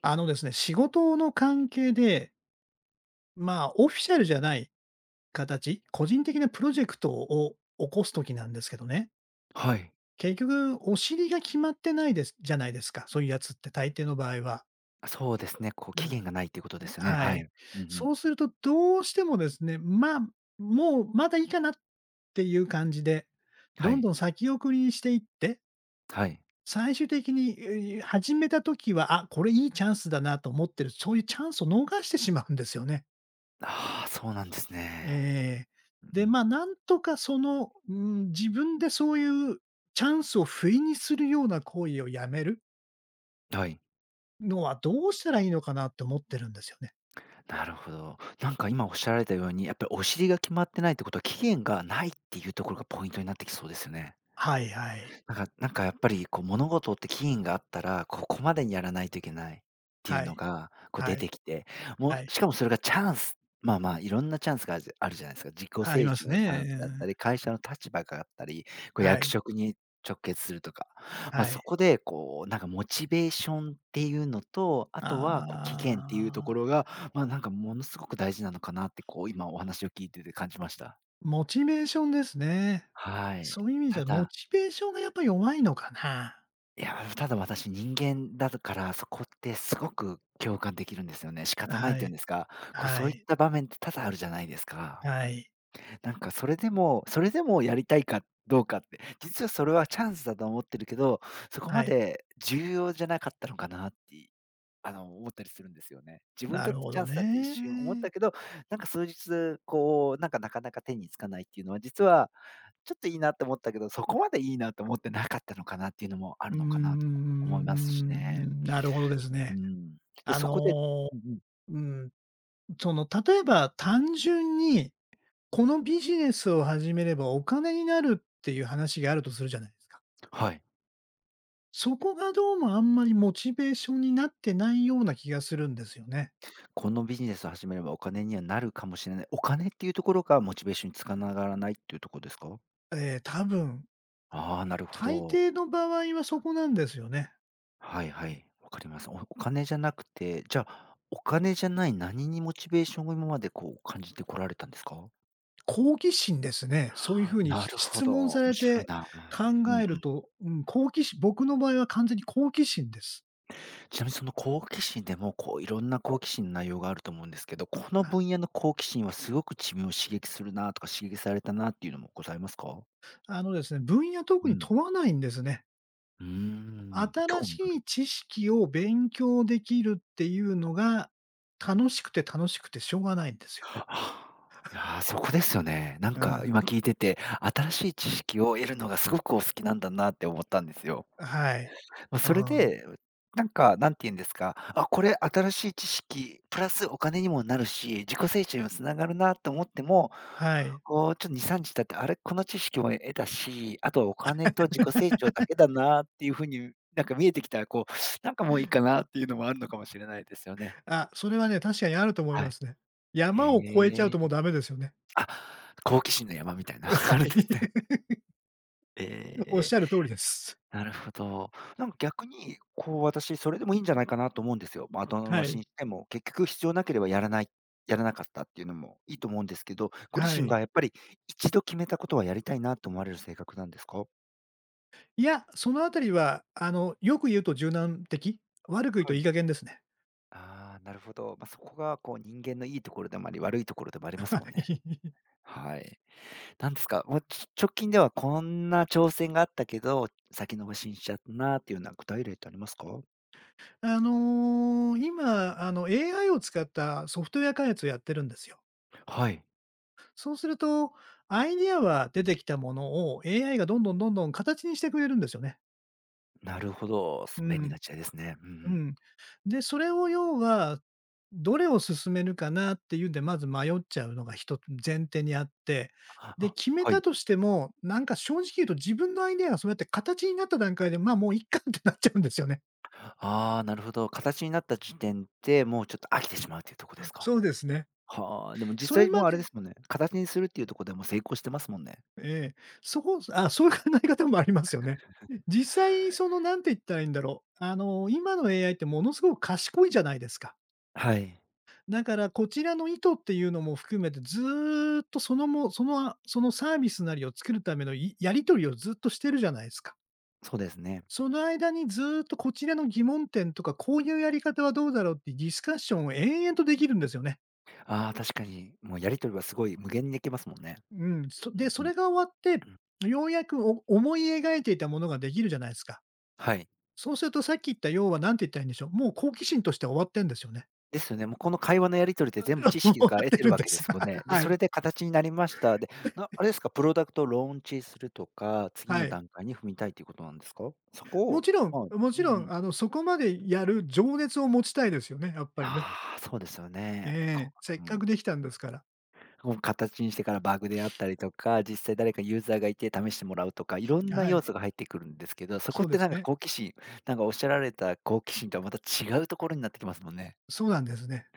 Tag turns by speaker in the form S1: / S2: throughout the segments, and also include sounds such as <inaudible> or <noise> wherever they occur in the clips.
S1: あのですね、仕事の関係で、まあ、オフィシャルじゃない形、個人的なプロジェクトを起こすときなんですけどね、
S2: はい。
S1: 結局、お尻が決まってないですじゃないですか、そういうやつって大抵の場合は。
S2: あ、そうですね。こう
S1: う
S2: 期
S1: ん、
S2: 限がないっていうことですよね。
S1: は
S2: はい。
S1: い。
S2: うんう
S1: そ
S2: ん。
S1: うするとどうしてもですね、まあ、もうまだいいかなっていう感じで、
S2: は
S1: どん
S2: い。
S1: どん先送りにしていって、
S2: はい。
S1: 最終的に、始めたときは、あ、これいいチャンスだなと思ってる、そういうチャンスを逃してしまうんですよね。
S2: ああ、そうなんですね。
S1: ええ。
S2: うんう
S1: で、
S2: ん。
S1: ま、あなんとかうん、自分でそういうチャンスを不意にするような行為をやめる
S2: はい。
S1: のはどうしたらいいのかなって思ってるんですよね。
S2: なるほど。なんか今おっしゃられたように、やっぱりお尻が決まってないってことは、期限がないっていうところがポイントになってきそうですよね。
S1: はいはい。
S2: なんかやっぱりこう物事って期限があったら、ここまでにやらないといけないっていう
S1: は
S2: の
S1: い、
S2: が、こう
S1: は
S2: 出て
S1: い、
S2: きて、もう
S1: はい。
S2: しかもそれがチャンス、まあまあ、いろんなチャンスがあるじゃないですか。自己
S1: あり
S2: 成
S1: ま
S2: 長
S1: す
S2: のダ
S1: ね。
S2: ンス
S1: う
S2: だった
S1: ん。
S2: り、会社の立場があったり、こう
S1: は
S2: 役
S1: い、
S2: 職に直結するとか。ま、
S1: は
S2: そ
S1: い。
S2: こでこうなんかモチベーションっていうのと、あとはこう期限っていうと
S1: あ
S2: こ
S1: あ、
S2: ろが、ま、なんかものすごく大事なのかなってこう今お話を聞いてて感じました。
S1: モチベーションですね。そ
S2: は
S1: ういう意味じ
S2: い。た
S1: ゃ、モ
S2: だ
S1: チベーションがやっぱ弱いのかな。
S2: いや、ただ私人間だからそこってすごく共感できるんですよね。仕方ないっ
S1: は
S2: ていうん
S1: い、
S2: ですか、こう
S1: は
S2: そういっ
S1: い、
S2: た場面って多々あるじゃないですか。
S1: はい、
S2: なんかそれでもやりたいかどうかって、実はそれはチャンスだと思ってるけど、そこま
S1: はい。
S2: で重要じゃなかったのかなって、あの、思ったりするんですよね。自分に
S1: な
S2: とっ
S1: る
S2: て
S1: ほ
S2: チ
S1: ど
S2: ャンスだって一瞬思っ
S1: ね。
S2: たけど、なんか数日こう、なんかなかなか手につかないっていうのは、実はちょっといいなって思ったけど、そこまでいいなと思ってなかったのかなっていうのもあ
S1: う
S2: る
S1: ー
S2: のかなとも
S1: ん、
S2: 思いますしね。
S1: なるほどです
S2: う
S1: ね。
S2: ん。で、
S1: あ
S2: そこで
S1: の、
S2: うんうん。
S1: うん、その例えば単純に、このビジネスを始めればお金になるっていう話があるとするじゃないですか。
S2: はい。
S1: そこがどうもあんまりモチベーションになってないような気がするんですよね。
S2: このビジネスを始めればお金にはなるかもしれない。お金っていうところがモチベーションにつかながらないっていうとこですか？
S1: ええ、多分、
S2: ああ、なるほ
S1: 大
S2: ど。
S1: 抵の場合はそこなんですよね。
S2: はいはい、わかります。お金じゃなくて、じゃあ、お金じゃない何にモチベーションを今までこう感じてこられたんですか？
S1: 好奇心ですね。そういう風に
S2: なるほ
S1: 質
S2: ど、
S1: 問さ
S2: 面
S1: れ
S2: 白い
S1: て
S2: な。
S1: 考
S2: うん。うん。
S1: えると、うん、好奇心僕の場合は完全に好奇心です。
S2: ちなみにその好奇心でも、こういろんな好奇心の内容があると思うんですけど、この
S1: はい。
S2: 分野の好奇心はすごく自分を刺激するなとか、刺激されたなっていうのもございますか？
S1: あのですね、分野特
S2: う
S1: に
S2: ん。
S1: 問わないんですね。
S2: うーん、
S1: 新
S2: 興
S1: し
S2: 味がある。
S1: い知識を勉強できるっていうのが、楽しくて楽しくてしょうがないんですよ。
S2: あいやー、そこですよね。なん
S1: う
S2: か
S1: ん。
S2: 今聞いてて、新しい知識を得るのがすごくお好きなんだなって思ったんですよ。
S1: はい。
S2: ま、
S1: う
S2: それ
S1: ん。
S2: で、なんか、なんて言うんですか、あ、これ新しい知識、プラスお金にもなるし、自己成長にもつながるなと思っても、
S1: はい。
S2: こうちょっと2、3日経って、あれ、この知識も得たし、あとお金と自己成
S1: <laughs>
S2: 長だけだなっていう風に、なんか見えてきたら、こう、なんかもういいかなっていうのもあるのかもしれないですよね。
S1: あ、それはね、確かにあると思い
S2: は
S1: ま
S2: い。
S1: すね。山を越えちゃ
S2: へ
S1: うともう
S2: え。
S1: ダメですよね。
S2: あ、好奇心の山みたいな、<laughs>
S1: は
S2: あるん
S1: い。
S2: ですね。
S1: <laughs>
S2: え
S1: おっしゃる
S2: え。
S1: 通りです。
S2: なるほど。なんか逆に、こう、私それでもいいんじゃないかなと思うんですよ。まあ、後
S1: は
S2: 回し
S1: い。
S2: にしても、結局必要なければやらなかったっていうのもいいと思うんですけど、ご
S1: は
S2: 自身
S1: い。
S2: がやっぱり一度決めたことはやりたいなと思われる性格なんですか？
S1: いや、そのあたりは、よく言うと柔軟的、悪く言う
S2: は
S1: とい
S2: い。
S1: い加減ですね。
S2: ああ、なるほど。まあ、そこがこう人間のいいところでもあり、悪いところでもあります
S1: は
S2: もんね。
S1: い。
S2: はい。なんですか、もう、直近ではこんな挑戦があったけど、先延ばしにしちゃったなっていうような具体例ってありますか？
S1: 今、AI を使ったソフトウェア開発をやってるんですよ。
S2: はい、
S1: そうすると、アイデアは出てきたものを AI がどんどんどんどん形にしてくれるんですよね。
S2: なるほど。
S1: う
S2: 便利
S1: ん、
S2: な時代ですね。うんう
S1: う
S2: ん。
S1: ん。で、それを要は、どれを進めるかなっていうんで、まず迷っちゃうのが一つ前提にあって、で、
S2: あ、
S1: 決め
S2: はい。
S1: たとしても、なんか正直言うと自分のアイデアがそうやって形になった段階で、まあ、もういっかってなっちゃうんですよね。
S2: ああ、なるほど。形になった時点で、もうちょっと飽きてしまうっていうとこですか？
S1: そうですね。
S2: はあ、でも
S1: そ
S2: 実
S1: れ
S2: 際も
S1: ま
S2: うあれで
S1: で
S2: すもんね、形にするっていうところでもう成功してますもんね。
S1: ええ、そこあ、そういう考え方もありますよね。実際なんて言ったらいいんだろう、今の AI ってものすごく賢いじゃないですか。
S2: はい。
S1: だからこちらの意図っていうのも含めて、ずっとそのもその、あそのサービスなりを作るためのやり取りをずっとしてるじゃないですか。
S2: そうですね。
S1: その間にずっとこちらの疑問点とか、こういうやり方はどうだろうっていうディスカッションを延々とできるんですよね。
S2: ああ、確かに、もうやり取りはすごい無限にできますもんね。
S1: うん、
S2: うんう
S1: そ
S2: ん、
S1: れが終わって、
S2: うん。
S1: ようやく思い描いていたものができるじゃないすか。
S2: はい。
S1: そうするとさっき言った要は何て言ったらいいんでしょう、もう好奇心として終わってんですよね。
S2: ですよね。もうこの会話のやり取りで全部知
S1: <laughs> 終
S2: 識
S1: わ
S2: が
S1: っ
S2: 得
S1: て
S2: てる
S1: るん
S2: わ
S1: で
S2: けで
S1: す。
S2: すもんね。
S1: <laughs>
S2: で、
S1: は
S2: そ
S1: い。
S2: れで形になりました。で、あれですか、プロダクトをローンチするとか、次
S1: は
S2: の
S1: い。
S2: 段階に踏みたいということなんですか？そこ
S1: も
S2: を、
S1: ちろん
S2: まあうん
S1: もち
S2: う
S1: ろん、
S2: ん。
S1: そこまでやる情熱を持ちたいですよね、やっぱりね。
S2: ああ、そうですよ
S1: え
S2: ね。
S1: え、せっ
S2: う
S1: か
S2: ん。
S1: くできたんですから。
S2: こう形にしてからバグであったりとか、実際誰かユーザーがいて試してもらうとか、いろんな
S1: は
S2: 要
S1: い、
S2: 素が入ってくるんですけど、そこ
S1: そ
S2: っ
S1: うで
S2: て
S1: す
S2: なんか
S1: ね。
S2: 好奇心、なんかおっしゃられた好奇心とはまた違うところになってきますもんね。
S1: そうなんですね。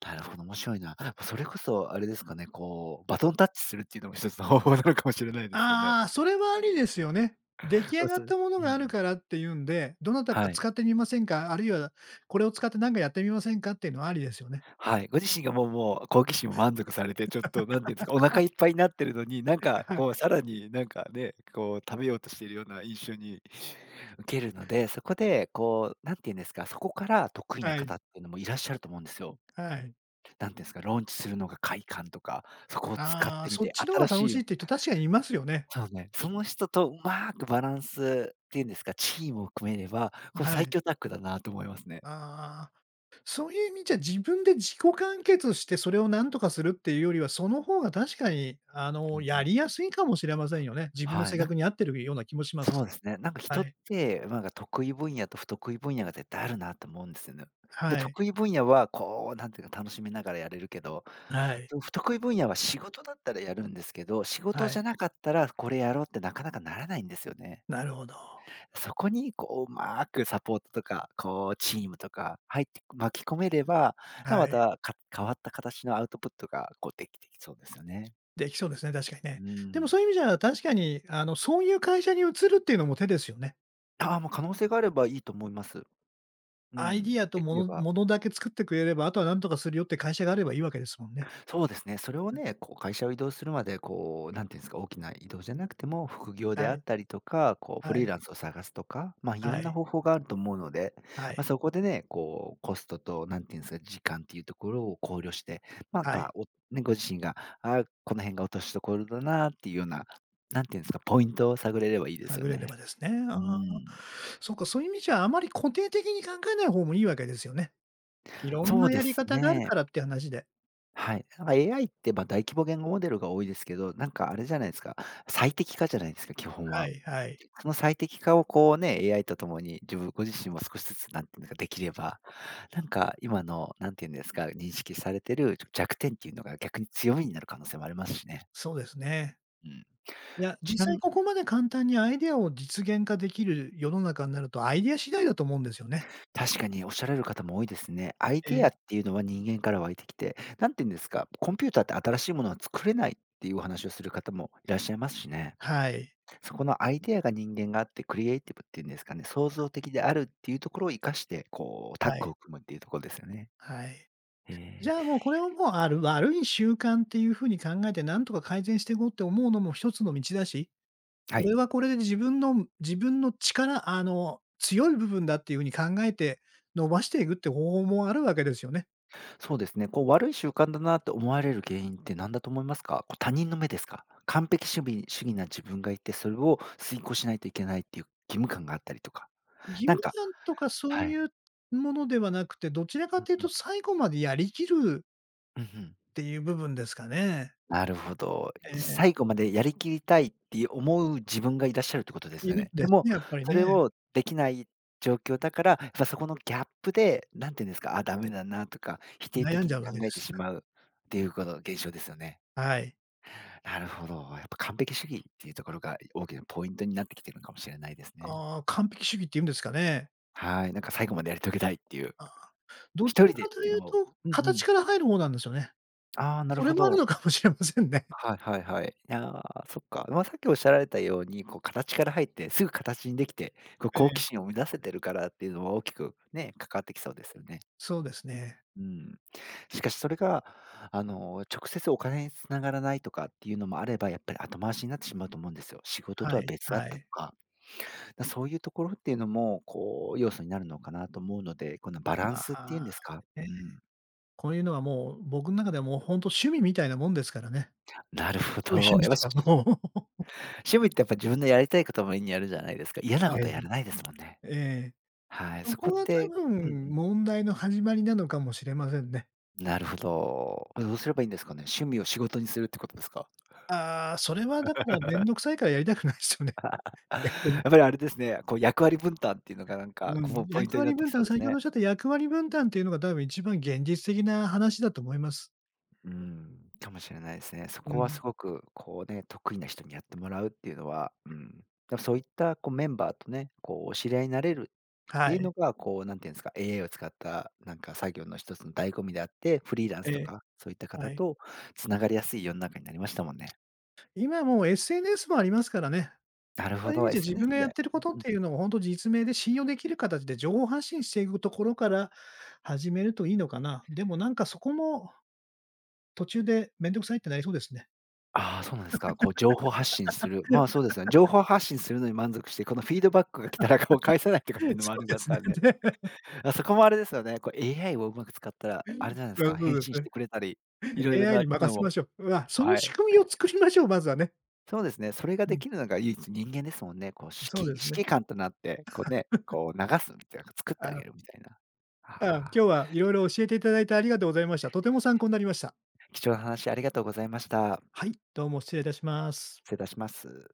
S2: なるほど、面白いな。それこそあれですかね、こう、バトンタッチするっていうのも一つの方法なのかもしれないですよね。
S1: ああ、それはありですよね。出来上
S2: そう
S1: が
S2: す
S1: っ
S2: う
S1: たものがある
S2: ん。
S1: からっていうんで、どなたか
S2: はい。
S1: 使ってみませんか、あるいはこれを使って何かやってみませんかっていうのはありですよね。
S2: はい、ご自身がもう好奇心を満足されて、ちょっとなんていうんですか、お腹いっぱいになってるのに、なん
S1: <laughs>
S2: か
S1: はい、
S2: こうさらになんかね、こう食べようとしているような印象に受けるので、そこでこう、なんていうんですか、そこから得意な
S1: はい、
S2: 方っていうのもいらっしゃると思うんですよ。
S1: はい。
S2: なんていうんですか、ローンチするのが快感とか、そこを使っ
S1: ああ、
S2: てみ
S1: そっ
S2: て、
S1: ちの方
S2: 新
S1: が楽
S2: しい
S1: しいって人確かにいますよね。
S2: そうね、その人とうまくバランスっていうんですか、チームを組めれば、こう
S1: は
S2: 最
S1: い。
S2: 強タッグだなと思いますね。
S1: ああ、そういう意味じゃ自分で自己完結して、それを何とかするっていうよりは、その方が確かに、
S2: うんう
S1: や
S2: ん。
S1: りやすいかもしれませんよね。自分の
S2: はい。
S1: 性格に合ってるような気もしま
S2: そう
S1: す。
S2: ですね。なんか人
S1: は
S2: っ
S1: い。
S2: て、なんか得意分野と不得意分野が絶対あるなと思うんですよね。で、
S1: はい。
S2: 得意分野はこう、なんていうか楽しみながらやれるけど、
S1: はい。
S2: でも不得意分野は仕事だったらやるんですけど、仕事
S1: は
S2: じ
S1: い。
S2: ゃなかったらこれやろうってなかなかならないんですよね。
S1: なるほど。
S2: そこにこう、うまくサポートとか、こうチームとか入って巻き込めれば、じゃあ
S1: は
S2: ま
S1: い。
S2: た、変わった形のアウトプットがこうできてきそうですよね。
S1: できそうですね、確かに
S2: う
S1: ね。でも
S2: ん。
S1: そういう意味じゃ、確かに、そういう会社に移るっていうのも手ですよね。
S2: ああ、もう可能性があればいいと思います。う
S1: アイ
S2: ん、
S1: ディアと
S2: できれ
S1: もの
S2: ば。
S1: ものだけ作ってくれれば、あとは何とかするよって会社があればいいわけですもんね。
S2: そうですね。それをね、こう会社を移動するまで、こう、なんていうんですか、大きな移動じゃなくても、副業で
S1: は
S2: あ
S1: い。
S2: ったりとか、こう、フ
S1: は
S2: リー
S1: い。
S2: ランスを探すとか、まあ、いろ
S1: は
S2: んな
S1: い。
S2: 方法があると思うので、
S1: は
S2: まあ、
S1: い。
S2: そこでね、こう、コストと、なんていうんですか、時間っていうところを考慮して、なん
S1: は
S2: か、
S1: い。
S2: ね、ご自身が、あーこの辺が落としどころだなっていうような、なんていうんですか、ポイントを探れればいいです
S1: 探
S2: よ
S1: れれ
S2: ね。
S1: ばですね。
S2: う
S1: ああ。
S2: ん。
S1: そっか、そういう意味じゃあまり固定的に考えない方もいいわけですよね。いろん
S2: そう
S1: な
S2: で
S1: やり
S2: す
S1: 方がある
S2: ね。
S1: からって話で。
S2: はい。なんか AI って、ま、大規模言語モデルが多いですけど、なんかあれじゃないですか、最適化じゃないですか、基本
S1: は
S2: は。
S1: いはい。
S2: その最適化をこうね、AI とともに自分ご自身も少しずつなんていうんですか、できれば、今のなんていうんですか、認識されてる弱点っていうのが逆に強みになる可能性もありますしね。
S1: そうですね。
S2: うん。
S1: いや、
S2: ち
S1: 実
S2: なみ
S1: 際
S2: に
S1: ここまで簡単にアイデアを実現化できる世の中になると、アイデア次第だと思うんですよね。
S2: 確かにおっしゃられる方も多いですね。アイ
S1: え
S2: デアっ
S1: え。
S2: ていうのは人間から湧いてきて、なんていうんですか、コンピューターって新しいものは作れないっていうお話をする方もいらっしゃいますしね。
S1: はい。
S2: そこのアイデアが人間があって、クリエイティブっていうんですかね、創造的であるっていうところを生かして、こうタッ
S1: は
S2: グ
S1: い。
S2: を組むっていうところですよね。
S1: はい。じ
S2: へ
S1: ゃあ
S2: え。
S1: もうこれをもうある悪い習慣っていう風に考えて、なんとか改善していこうって思うのも一つの道だし、
S2: は
S1: こ
S2: い。
S1: れはこれで自分の力強い部分だっていう風に考えて、伸ばしていくって方法もあるわけですよね。
S2: そうですね。こう悪い習慣だなって思われる原因って何だと思いますか？こう他人の目ですか？完璧主義な自分がいて、それを遂行しないといけないっていう義務感があったりとか、
S1: 義
S2: な
S1: 務
S2: んか
S1: 感とかそ
S2: は
S1: う
S2: い。
S1: いうものではなくて、どちらか
S2: うん
S1: という
S2: う
S1: と
S2: ん。
S1: 最後までやりきる
S2: うんうん。
S1: っていう部分ですかね。
S2: なるほど。
S1: ええ、
S2: 最後までやりきりたいって思う自分がいらっしゃるってことです
S1: い
S2: よ
S1: るん
S2: ね。
S1: で
S2: で
S1: す
S2: も、
S1: ね、やっぱり
S2: そ
S1: ね。
S2: れをできない状況だから、やっぱそこのギャップで、なんていうんですか、あ、ダメだなとか、否定
S1: 悩ん
S2: 的
S1: じゃ
S2: に
S1: うわ
S2: 考
S1: けで
S2: えて
S1: す。
S2: しまうっていうこと現象ですよね。
S1: はい。
S2: なるほど。やっぱ完璧主義っていうところが大きなポイントになってきてるのかもしれないですね。
S1: ああ、完璧主義って言うんですかね。
S2: はい。最後までやり遂げたいっていう、
S1: あ、どち
S2: 一
S1: ら
S2: 人で
S1: か
S2: っ
S1: と
S2: てい
S1: い
S2: うの
S1: う
S2: も
S1: と、
S2: うんう
S1: 形
S2: ん。
S1: から入る方なんですよね。
S2: ああ、なる
S1: そ
S2: ほ
S1: れもある
S2: ど。
S1: のかもしれませんね。
S2: はいはいはい。いやー、そっか。まあ、さっきおっしゃられたように、こう形から入って、すぐ形にできて、こう
S1: え
S2: 好奇
S1: え、
S2: 心を生み出せてるからっていうのは大きくね、関わってきそうですよね。
S1: そうですね。
S2: うん。しかしそれが、あの、直接お金に繋がらないとかっていうのもあれば、やっぱり後回しになってしまうと思うんですよ。仕事
S1: は
S2: とは
S1: い
S2: 別だっ
S1: は
S2: たと
S1: い。
S2: か。だ、そういうところっていうのも、こう、要素になるのかなと思うので、このバラン
S1: あ
S2: スっていうんですか？
S1: あ、ね、
S2: うん。
S1: こういうのはもう僕の中ではもうほんと趣味みたいなもんですからね。
S2: <laughs> なるほ
S1: そういう
S2: ど。
S1: 意味
S2: やっ
S1: で
S2: ぱし
S1: はもう、
S2: 趣味ってやっぱ自分のやりたいこともにやるじゃないですか。嫌なこ
S1: は
S2: と
S1: い。
S2: はやら
S1: <laughs>
S2: ないですもんね。
S1: ええ。
S2: はい、
S1: そ
S2: そこ
S1: こ
S2: っ
S1: が多
S2: てうんう
S1: 分問題の始まりなのかもしれませんね。
S2: ん、なるほど。まどうすればいいんですかね？趣味を仕事にするってことですか？
S1: ああ、それはだから面倒くさいからやりたくないすよね、<laughs>
S2: <laughs> や
S1: 逆に。
S2: っぱりあれですね、こう役割分担っていうのが
S1: う
S2: こ
S1: ん、
S2: うポイン
S1: 役
S2: トにな
S1: 割
S2: って
S1: 分
S2: きそ
S1: 担、
S2: うです
S1: 先ほどお
S2: ね。
S1: っしゃった役割分担っていうのが多分一番現実的な話だと思います。
S2: うん、かもしれないですね。そ
S1: う
S2: こはす
S1: ん。
S2: ごく、こうね、得意な人にやってもらうっていうのは、うん。でもそういったこうメンバーとね、こうお知り合いになれるって
S1: は
S2: いう
S1: い。
S2: のが、こうなんていうんですか、AI を使った作業の一つの醍醐味であって、フリーランス
S1: え
S2: と
S1: え、
S2: か、そういった方
S1: はい。
S2: とつながりやすい世の中になりましたもんね。
S1: 今もう SNS もありますからね。
S2: なる
S1: そ
S2: ほ
S1: ういう意
S2: ど、
S1: 味じゃ自分が
S2: SNS
S1: やっ
S2: で。
S1: てる
S2: う
S1: こ
S2: ん
S1: とっ
S2: うん
S1: て
S2: う
S1: い
S2: ん。
S1: うのを本当実名で信用できる形で情報発信していくところから始めるといいのかな。でもなんかそこも途中でめんどくさいってなりそうですね。
S2: ああ、そうなんですか。こう情報発信する。まあ、そ
S1: <laughs>
S2: うですね。情報発信するのに満足して、このフィードバックが来たらこう返さないとかっていうのもあ
S1: そう
S2: り
S1: で
S2: ます
S1: す
S2: か
S1: ね。
S2: ら
S1: <laughs>
S2: ね。
S1: で、
S2: あ、そこもあれですよね。こう AI をうまく使ったら、あれじゃないです
S1: う
S2: か、
S1: ん、そう
S2: 返
S1: です
S2: 信し
S1: ね。
S2: てくれたり、いろいろ
S1: AI
S2: な
S1: に
S2: 機
S1: 任
S2: 能
S1: せま
S2: を
S1: しょう。うわ、その
S2: は
S1: 仕
S2: い。
S1: 組みを作りましょう、まずはね。
S2: そうですね、それが
S1: う
S2: で
S1: ん、
S2: きるのが唯一人間ですもんね。こう
S1: そう
S2: 指揮
S1: ですね。
S2: 指揮官となって、こうね、こう流すみたいな、作っ
S1: あ
S2: てあ
S1: あ、
S2: げるみたいな。あ
S1: 今日
S2: あ、
S1: はいろいろ教えていただいてありがとうございました。とても参考になりました。
S2: 貴重な話ありがとうございました。
S1: はい、どうも失礼いたします。
S2: 失礼いたします。